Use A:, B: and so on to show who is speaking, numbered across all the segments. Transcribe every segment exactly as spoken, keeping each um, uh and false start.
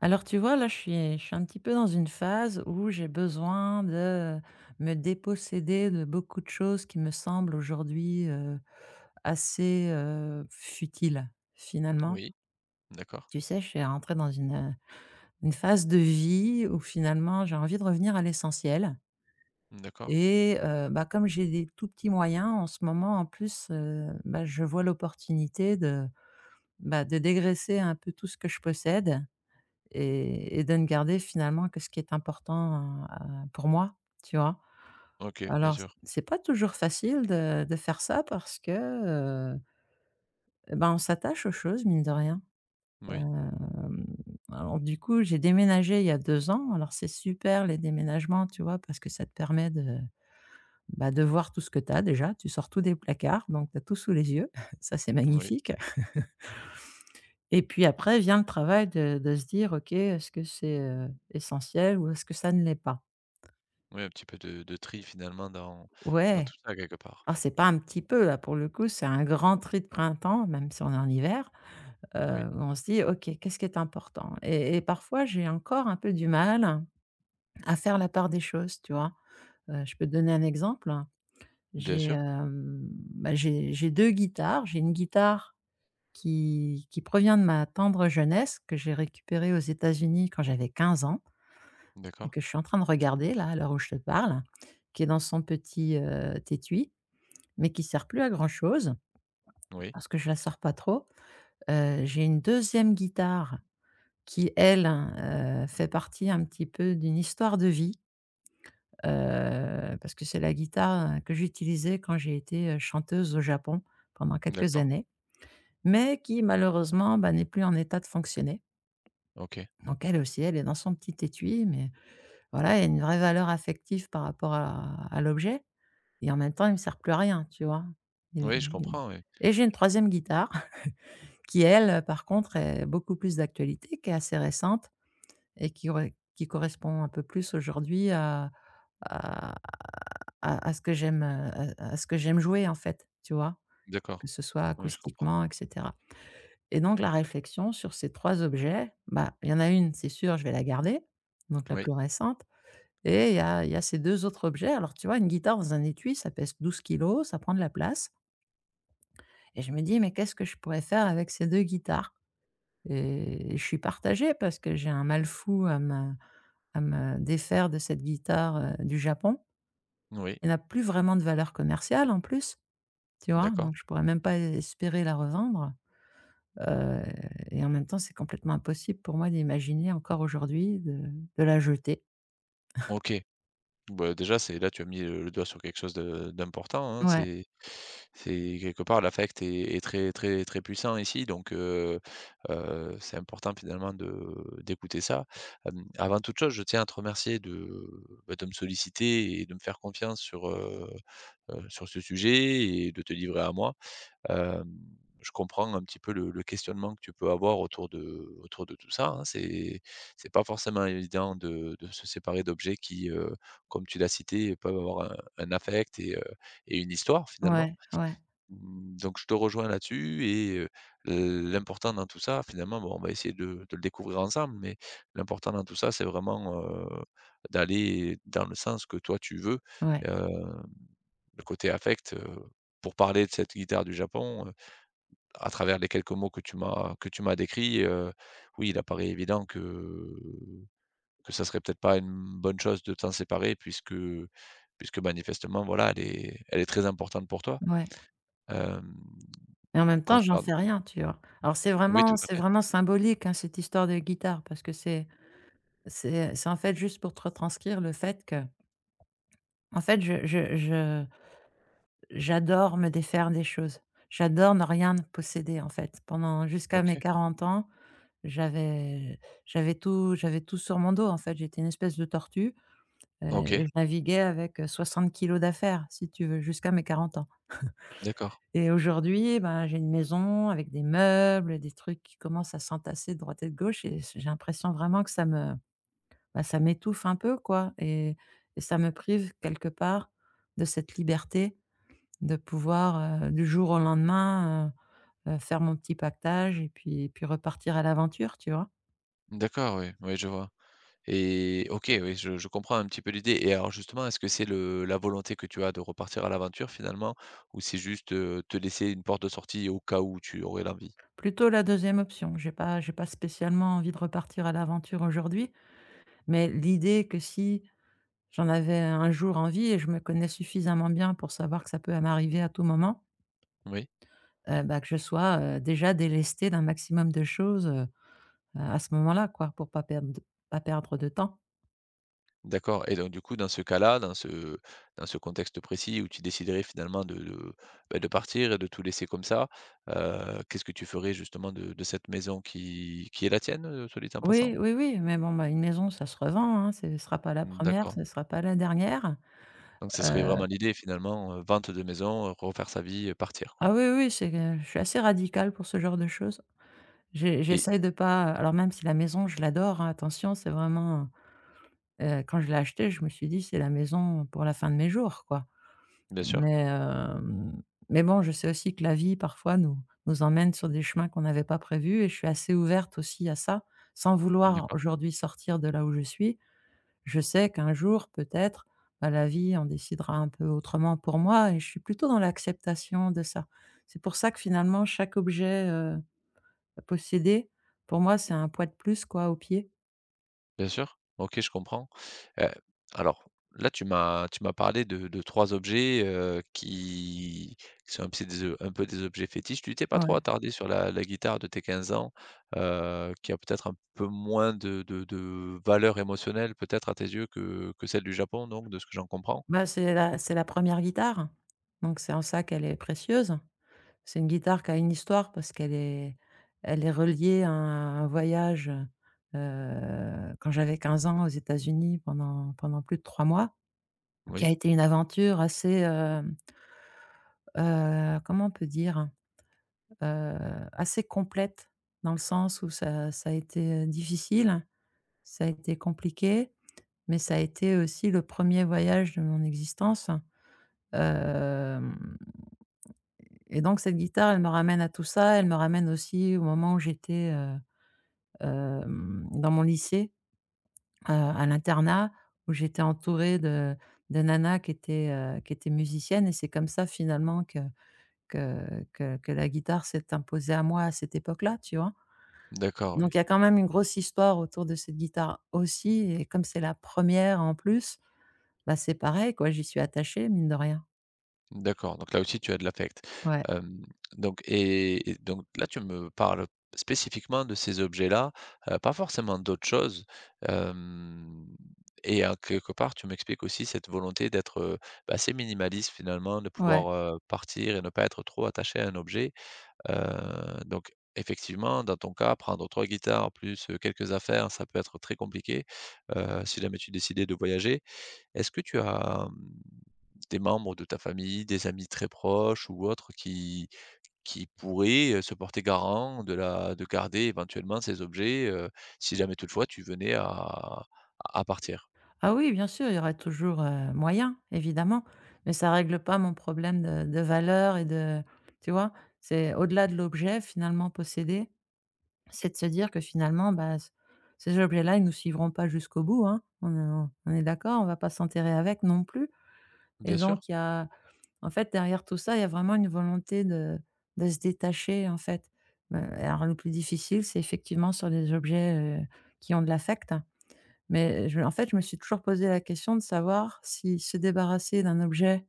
A: Alors tu vois, là, je suis je suis un petit peu dans une phase où j'ai besoin de me déposséder de beaucoup de choses qui me semblent aujourd'hui, heu, assez, heu, futiles, finalement.
B: Oui, d'accord,
A: Tu sais, je suis rentrée dans une, euh, une phase de vie où finalement j'ai envie de revenir à l'essentiel
B: d'accord.
A: et heu, bah, comme j'ai des tout petits moyens en ce moment, en plus, heu, bah, je vois l'opportunité de, bah, de dégraisser un peu tout ce que je possède. Et et de ne garder finalement que ce qui est important, heu, pour moi, tu vois?
B: OK, bien
A: Alors
B: sûr.
A: c'est pas toujours facile de de faire ça parce que, heu, eh ben, on s'attache aux choses mine de rien.
B: Oui,
A: Hem, alors du coup, j'ai déménagé il y a deux ans. Alors c'est super les déménagements, tu vois? Parce que ça te permet de, bah, de voir tout ce que tu as déjà. Tu sors tout des placards, donc tu as tout sous les yeux. Ça, c'est
B: oui,
A: magnifique. Et puis après vient le travail de de se dire: «OK, est-ce que c'est, heu, essentiel ou est-ce que ça ne l'est pas?»
B: oui, un petit peu de de tri finalement dans dans
A: Ouais.
B: tout ça quelque part.
A: alors c'est pas un petit peu là, pour le coup, c'est un grand tri de printemps, même si on est en hiver,
B: Oui,
A: heu, où on se dit: «OK, qu'est-ce qui est important?» et et parfois, j'ai encore un peu du mal à faire la part des choses, tu vois? Heu, je peux te donner un exemple.
B: bien
A: J'ai,
B: sûr,
A: hem, Bah, j'ai j'ai deux guitares. J'ai une guitare qui qui provient de ma tendre jeunesse, que j'ai récupérée aux États-Unis quand j'avais quinze ans et
B: d'accord,
A: que je suis en train de regarder là, à l'heure où je te parle, qui est dans son petit, heu, étui, mais qui sert plus à grand chose.
B: oui,
A: Parce que je la sors pas trop. Heu, j'ai une deuxième guitare qui elle, heu, fait partie un petit peu d'une histoire de vie, heu, parce que c'est la guitare, euh, que j'utilisais quand j'ai été, heu, chanteuse au Japon pendant quelques
B: d'accord,
A: années, mais qui malheureusement, bah, n'est plus en état de fonctionner.
B: OK.
A: Donc elle aussi, elle est dans son petit étui, mais voilà, il y a une vraie valeur affective par rapport à à l'objet, et en même temps, il ne me sert plus à rien, tu vois? Il
B: Oui, je
A: il
B: comprends, oui,
A: et j'ai une troisième guitare qui elle, euh, par contre, est beaucoup plus d'actualité, qui est assez récente et qui aurait qui correspond un peu plus aujourd'hui à à à à ce que j'aime, heu, à à ce que j'aime jouer, en fait, tu vois? Que
B: d'accord.
A: ce soit
B: Oui, je comprends.
A: acoustiquement et cetera. Et donc la réflexion sur ces trois objets, bah, il y en a une, c'est sûr, je vais la garder, donc la
B: Oui,
A: plus récente, et il y a il y a ces deux autres objets. Alors, tu vois, une guitare dans un étui, ça pèse douze kilos, ça prend de la place, et je me dis: «Mais qu'est-ce que je pourrais faire avec ces deux guitares?» Et je suis partagée parce que j'ai un mal fou à me à me défaire de cette guitare, heu, du Japon.
B: oui,
A: Elle n'a plus vraiment de valeur commerciale en plus, tu vois? Donc
B: d'accord,
A: je pourrais même pas e espérer la revendre, heu et en même temps, c'est complètement impossible pour moi d'imaginer encore aujourd'hui de de la jeter.
B: OK. Bah, déjà, c'est là, tu as mis le le doigt sur quelque chose de d'important, hein.
A: Ouais,
B: C'est c'est quelque part l'affect est est très très très puissant ici, donc heu heu, c'est important finalement de d'écouter ça. Hem, avant toute chose, je tiens à te remercier de, bah, de me solliciter et de me faire confiance sur, heu heu, sur ce sujet et de te livrer à moi. Hem, je comprends un petit peu le le questionnement que tu peux avoir autour de autour de tout ça, hein. C'est c'est pas forcément évident de de se séparer d'objets qui, heu, comme tu l'as cité, peuvent avoir un un affect et heu et une histoire finalement.
A: ouais, ouais,
B: Mmh, donc je te rejoins là-dessus et heu, l'important dans tout ça finalement, bon, on va essayer de de le découvrir ensemble, mais l'important dans tout ça, c'est vraiment, heu, d'aller dans le sens que toi tu veux,
A: ouais,
B: heu, le côté affect, heu, pour parler de cette guitare du Japon, à travers les quelques mots que tu m'as que tu m'as décrits, heu, oui, il apparaît évident que que ça serait peut-être pas une bonne chose de t'en séparer puisque puisque manifestement, voilà, elle est elle est très importante pour toi.
A: ouais,
B: Hem,
A: et en même temps, j'en
B: Concerne
A: fais rien, tu vois? Alors c'est
B: oui,
A: vraiment
B: tout à
A: c'est
B: fait.
A: vraiment symbolique, hein, cette histoire de guitare parce que c'est c'est c'est en fait juste pour te retranscrire le fait que en fait, je je je j'adore me défaire des choses. J'adore ne rien posséder, en fait. Pendant jusqu'à mes
B: OK.
A: quarante ans, j'avais j'avais tout j'avais tout sur mon dos, en fait. J'étais une espèce de tortue, heu,
B: OK,
A: et je naviguais avec, heu, soixante kilos d'affaires, si tu veux, jusqu'à mes quarante ans.
B: d'accord.
A: Et aujourd'hui, ben, j'ai une maison avec des meubles, des trucs qui commencent à s'entasser de droite et de gauche, et j'ai l'impression vraiment que ça me, bah, ça m'étouffe un peu, quoi, et et ça me prive quelque part de cette liberté de pouvoir, heu, du jour au lendemain, heu heu, faire mon petit pactage et puis puis repartir à l'aventure, tu vois?
B: D'accord, oui, oui, je vois et OK, oui, je je comprends un petit peu l'idée et alors justement, est-ce que c'est le la volonté que tu as de repartir à l'aventure finalement ou c'est juste, heu, te laisser une porte de sortie au cas où tu aurais l'envie?
A: Plutôt la deuxième option. J'ai pas j'ai pas spécialement envie de repartir à l'aventure aujourd'hui, mais l'idée que si j'en avais un jour envie, et je me connais suffisamment bien pour savoir que ça peut m'arriver à tout moment,
B: Oui.
A: heu, bah, que je sois, heu, déjà délestée d'un maximum de choses, heu à ce moment-là, quoi, pour pas perdre de pas perdre de temps.
B: D'accord et donc du coup, dans ce cas-là, dans ce dans ce contexte précis où tu déciderais finalement de de, bah, de partir et de tout laisser comme ça, heu, qu'est-ce que tu ferais justement de de cette maison qui qui est la tienne, heu, soit dit en
A: Oui,
B: passant?
A: oui, oui, mais bon, bah, une maison, ça se revend, hein, ce ne sera pas la première, re ce
B: D'accord,
A: ne sera pas la dernière.
B: donc ce serait
A: Heu,
B: vraiment l'idée finalement, heu, vente de maison, euh, refaire sa vie, euh, partir quoi
A: ah oui, oui, c'est que je suis assez radicale pour ce genre de choses. J'ai
B: et
A: j'essaie de pas, alors même si la maison, je l'adore, hein, attention, c'est vraiment... Heu, quand je l'ai acheté, je me suis dit: «C'est la maison pour la fin de mes jours», quoi.
B: bien sûr,
A: Mais, hem, mais bon, je sais aussi que la vie parfois nous nous emmène sur des chemins qu'on n'avait pas prévus, et je suis assez ouverte aussi à ça. Sans vouloir
B: d'accord.
A: aujourd'hui sortir de là où je suis, je sais qu'un jour peut-être, bah, la vie en décidera un peu autrement pour moi, et je suis plutôt dans l'acceptation de ça. C'est pour ça que finalement chaque objet, heu, possédé, pour moi, c'est un poids de plus quoi, au pied.
B: Bien sûr. OK, je comprends. Heu, alors là, tu m'as tu m'as parlé de de trois objets, heu, qui qui sont un peu des o un peu des objets fétiches. Tu t'es pas trop
A: Ouais.
B: attardé sur la la guitare de tes quinze ans, heu, qui a peut-être un peu moins de de de valeur émotionnelle peut-être à tes yeux que que celle du Japon donc de ce que j'en comprends?
A: Bah, c'est la c'est la première guitare, donc c'est en ça qu'elle est précieuse. C'est une guitare qui a une histoire parce qu'elle est elle est reliée à un voyage, heu, quand j'avais quinze ans aux États-Unis pendant pendant plus de trois mois, qui
B: Oui?
A: a été une aventure assez, hem, heu, comment on peut dire? Heu, Assez complète dans le sens où ça ça a été, euh, difficile, ça a été compliqué, mais ça a été aussi le premier voyage de mon existence. Hem Et donc cette guitare, elle me ramène à tout ça. Elle me ramène aussi au moment où j'étais, heu, hem, dans mon lycée, heu, à l'internat, où j'étais entourée de de nanas qui étaient, heu, qui étaient musiciennes, et c'est comme ça finalement que que que que la guitare s'est imposée à moi à cette époque-là, tu vois?
B: D'accord, oui.
A: Donc il y a quand même une grosse histoire autour de cette guitare aussi, et comme c'est la première en plus, bah, c'est pareil quoi, j'y suis attachée mine de rien.
B: D'accord, donc là aussi tu as de l'affect.
A: Ouais,
B: Hem, donc et et donc là tu me parles spécifiquement de ces objets-là, heu, pas forcément d'autres choses, hem et en quelque part tu m'expliques aussi cette volonté d'être, heu, bah, assez minimaliste finalement, de
A: ouais.
B: pouvoir, heu, partir et ne pas être trop attaché à un objet. Heu, donc effectivement dans ton cas, prendre trois guitares plus, heu, quelques affaires, ça peut être très compliqué, heu, si jamais tu décidais de voyager. Est-ce que tu as, hem, des membres de ta famille, des amis très proches ou autres qui qui pourraient, heu, se porter garant de la de garder éventuellement ces objets, heu, si jamais toutefois tu venais à à partir?
A: Ah oui, bien sûr, il y aura toujours, heu, moyen, évidemment, mais ça règle pas mon problème de de valeur et de... tu vois? C'est au-delà de l'objet finalement possédé, c'est de se dire que finalement, bah, c ces objets-là, ils nous suivront pas jusqu'au bout, hein. On est on est d'accord? On va pas s'enterrer avec non plus, et
B: Bien sûr.
A: donc il y a... en fait, derrière tout ça, il y a vraiment une volonté de de se détacher, en fait. Heu, alors le plus difficile, c'est effectivement sur les objets, heu, qui ont de l'affect. Mais je en fait, je me suis toujours posé la question de savoir si se débarrasser d'un objet,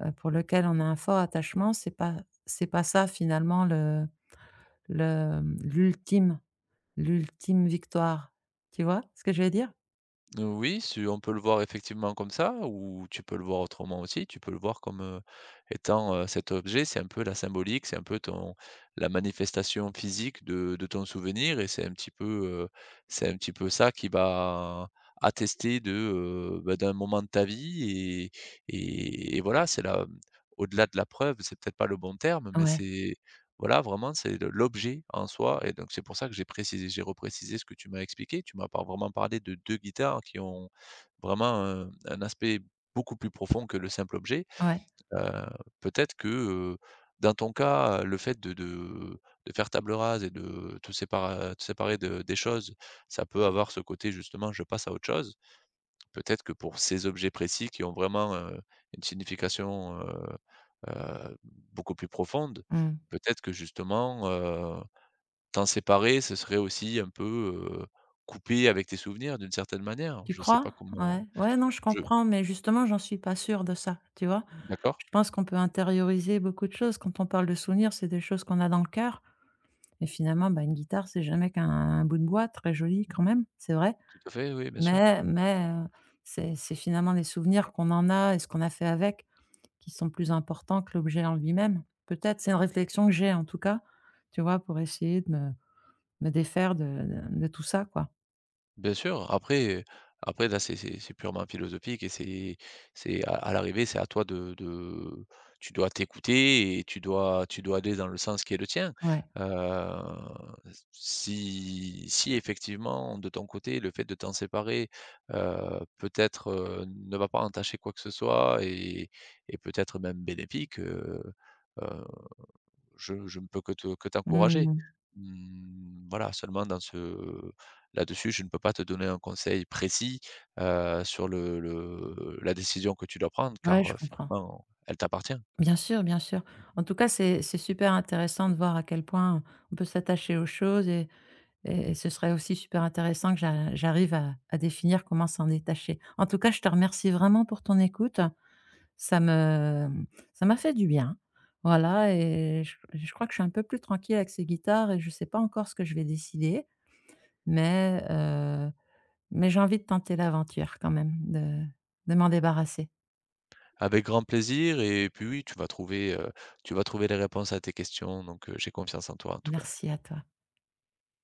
A: heu, pour lequel on a un fort attachement, c'est pas c'est pas ça finalement le le l'ultime l'ultime victoire. Tu vois ce que je veux dire?
B: Oui, su on peut le voir effectivement comme ça ou tu peux le voir autrement aussi. Tu peux le voir comme, heu, étant, heu, cet objet, c'est un peu la symbolique, c'est un peu ton la manifestation physique de de ton souvenir et c'est un petit peu, heu, c'est un petit peu ça qui va attester de, heu, bah, d'un moment de ta vie et et et voilà, c'est la, mmh, au-delà de la preuve, c'est peut-être pas le bon terme, mais
A: Ouais,
B: c'est voilà, vraiment, c'est le l'objet en soi et donc c'est pour ça que j'ai précisé j'ai reprécisé ce que tu m'as expliqué. Tu m'as pas vraiment parlé de deux guitares qui ont vraiment un un aspect beaucoup plus profond que le simple objet.
A: ouais,
B: Heu, Peut-être que, heu, dans ton cas, le fait de de de faire table rase et de te séparer, te séparer de des choses, ça peut avoir ce côté justement «je passe à autre chose». Peut-être que pour ces objets précis qui ont vraiment, heu, une signification, heu heu, beaucoup plus profonde,
A: mmh.
B: peut-être que justement, heu, t'en séparer, ce serait aussi un peu, heu, couper avec tes souvenirs d'une certaine manière.
A: Tu
B: Je sais
A: crois?
B: pas comment
A: Ouais, ouais, non, je
B: je
A: comprends, mais justement, j'en suis pas sûre de ça, tu vois?
B: d'accord,
A: Je pense qu'on peut intérioriser beaucoup de choses. Quand on parle de souvenirs, c'est des choses qu'on a dans le cœur, et finalement, bah, une guitare, c'est jamais qu'un un bout de bois, très joli quand même, c'est vrai.
B: tout à fait, oui, bien sûr.
A: Mais mais heu, c'est c'est finalement les souvenirs qu'on en a et ce qu'on a fait avec qui sont plus importants que l'objet en lui-même. Peut-être, c'est une réflexion que j'ai en tout cas, tu vois? Pour essayer de me me défaire de de de tout ça, quoi.
B: Bien sûr, après, heu, après là c'est c'est c'est purement philosophique et c'est c'est à à l'arrivée, c'est à toi de de tu dois t'écouter et tu dois tu dois aller dans le sens qui est le tien.
A: Ouais.
B: Heu, Si si effectivement de ton côté, le fait de t'en séparer, heu, peut-être, heu, ne va pas entacher quoi que ce soit et et peut-être même bénéfique, heu, heu je je ne peux que te que t'encourager.
A: Mmh.
B: Mmh, voilà, seulement dans ce là-dessus, je ne peux pas te donner un conseil précis, heu, sur le le la décision que tu dois prendre
A: Ouais,
B: car,
A: je
B: heu,
A: comprends.
B: finalement, elle t'appartient.
A: Bien sûr, bien sûr. En tout cas, c'est c'est super intéressant de voir à quel point on peut s'attacher aux choses, et et et ce serait aussi super intéressant que j'a j'arrive à à définir comment s'en détacher. En tout cas, je te remercie vraiment pour ton écoute. Ça me ça m'a fait du bien. Voilà, et je je crois que je suis un peu plus tranquille avec ces guitares et je sais pas encore ce que je vais décider, mais heu, mais j'ai envie de tenter l'aventure quand même, de de m'en débarrasser.
B: Avec grand plaisir et puis oui, tu vas trouver, heu, tu vas trouver les réponses à tes questions donc, heu, j'ai confiance en toi en tout cas.
A: Merci à toi.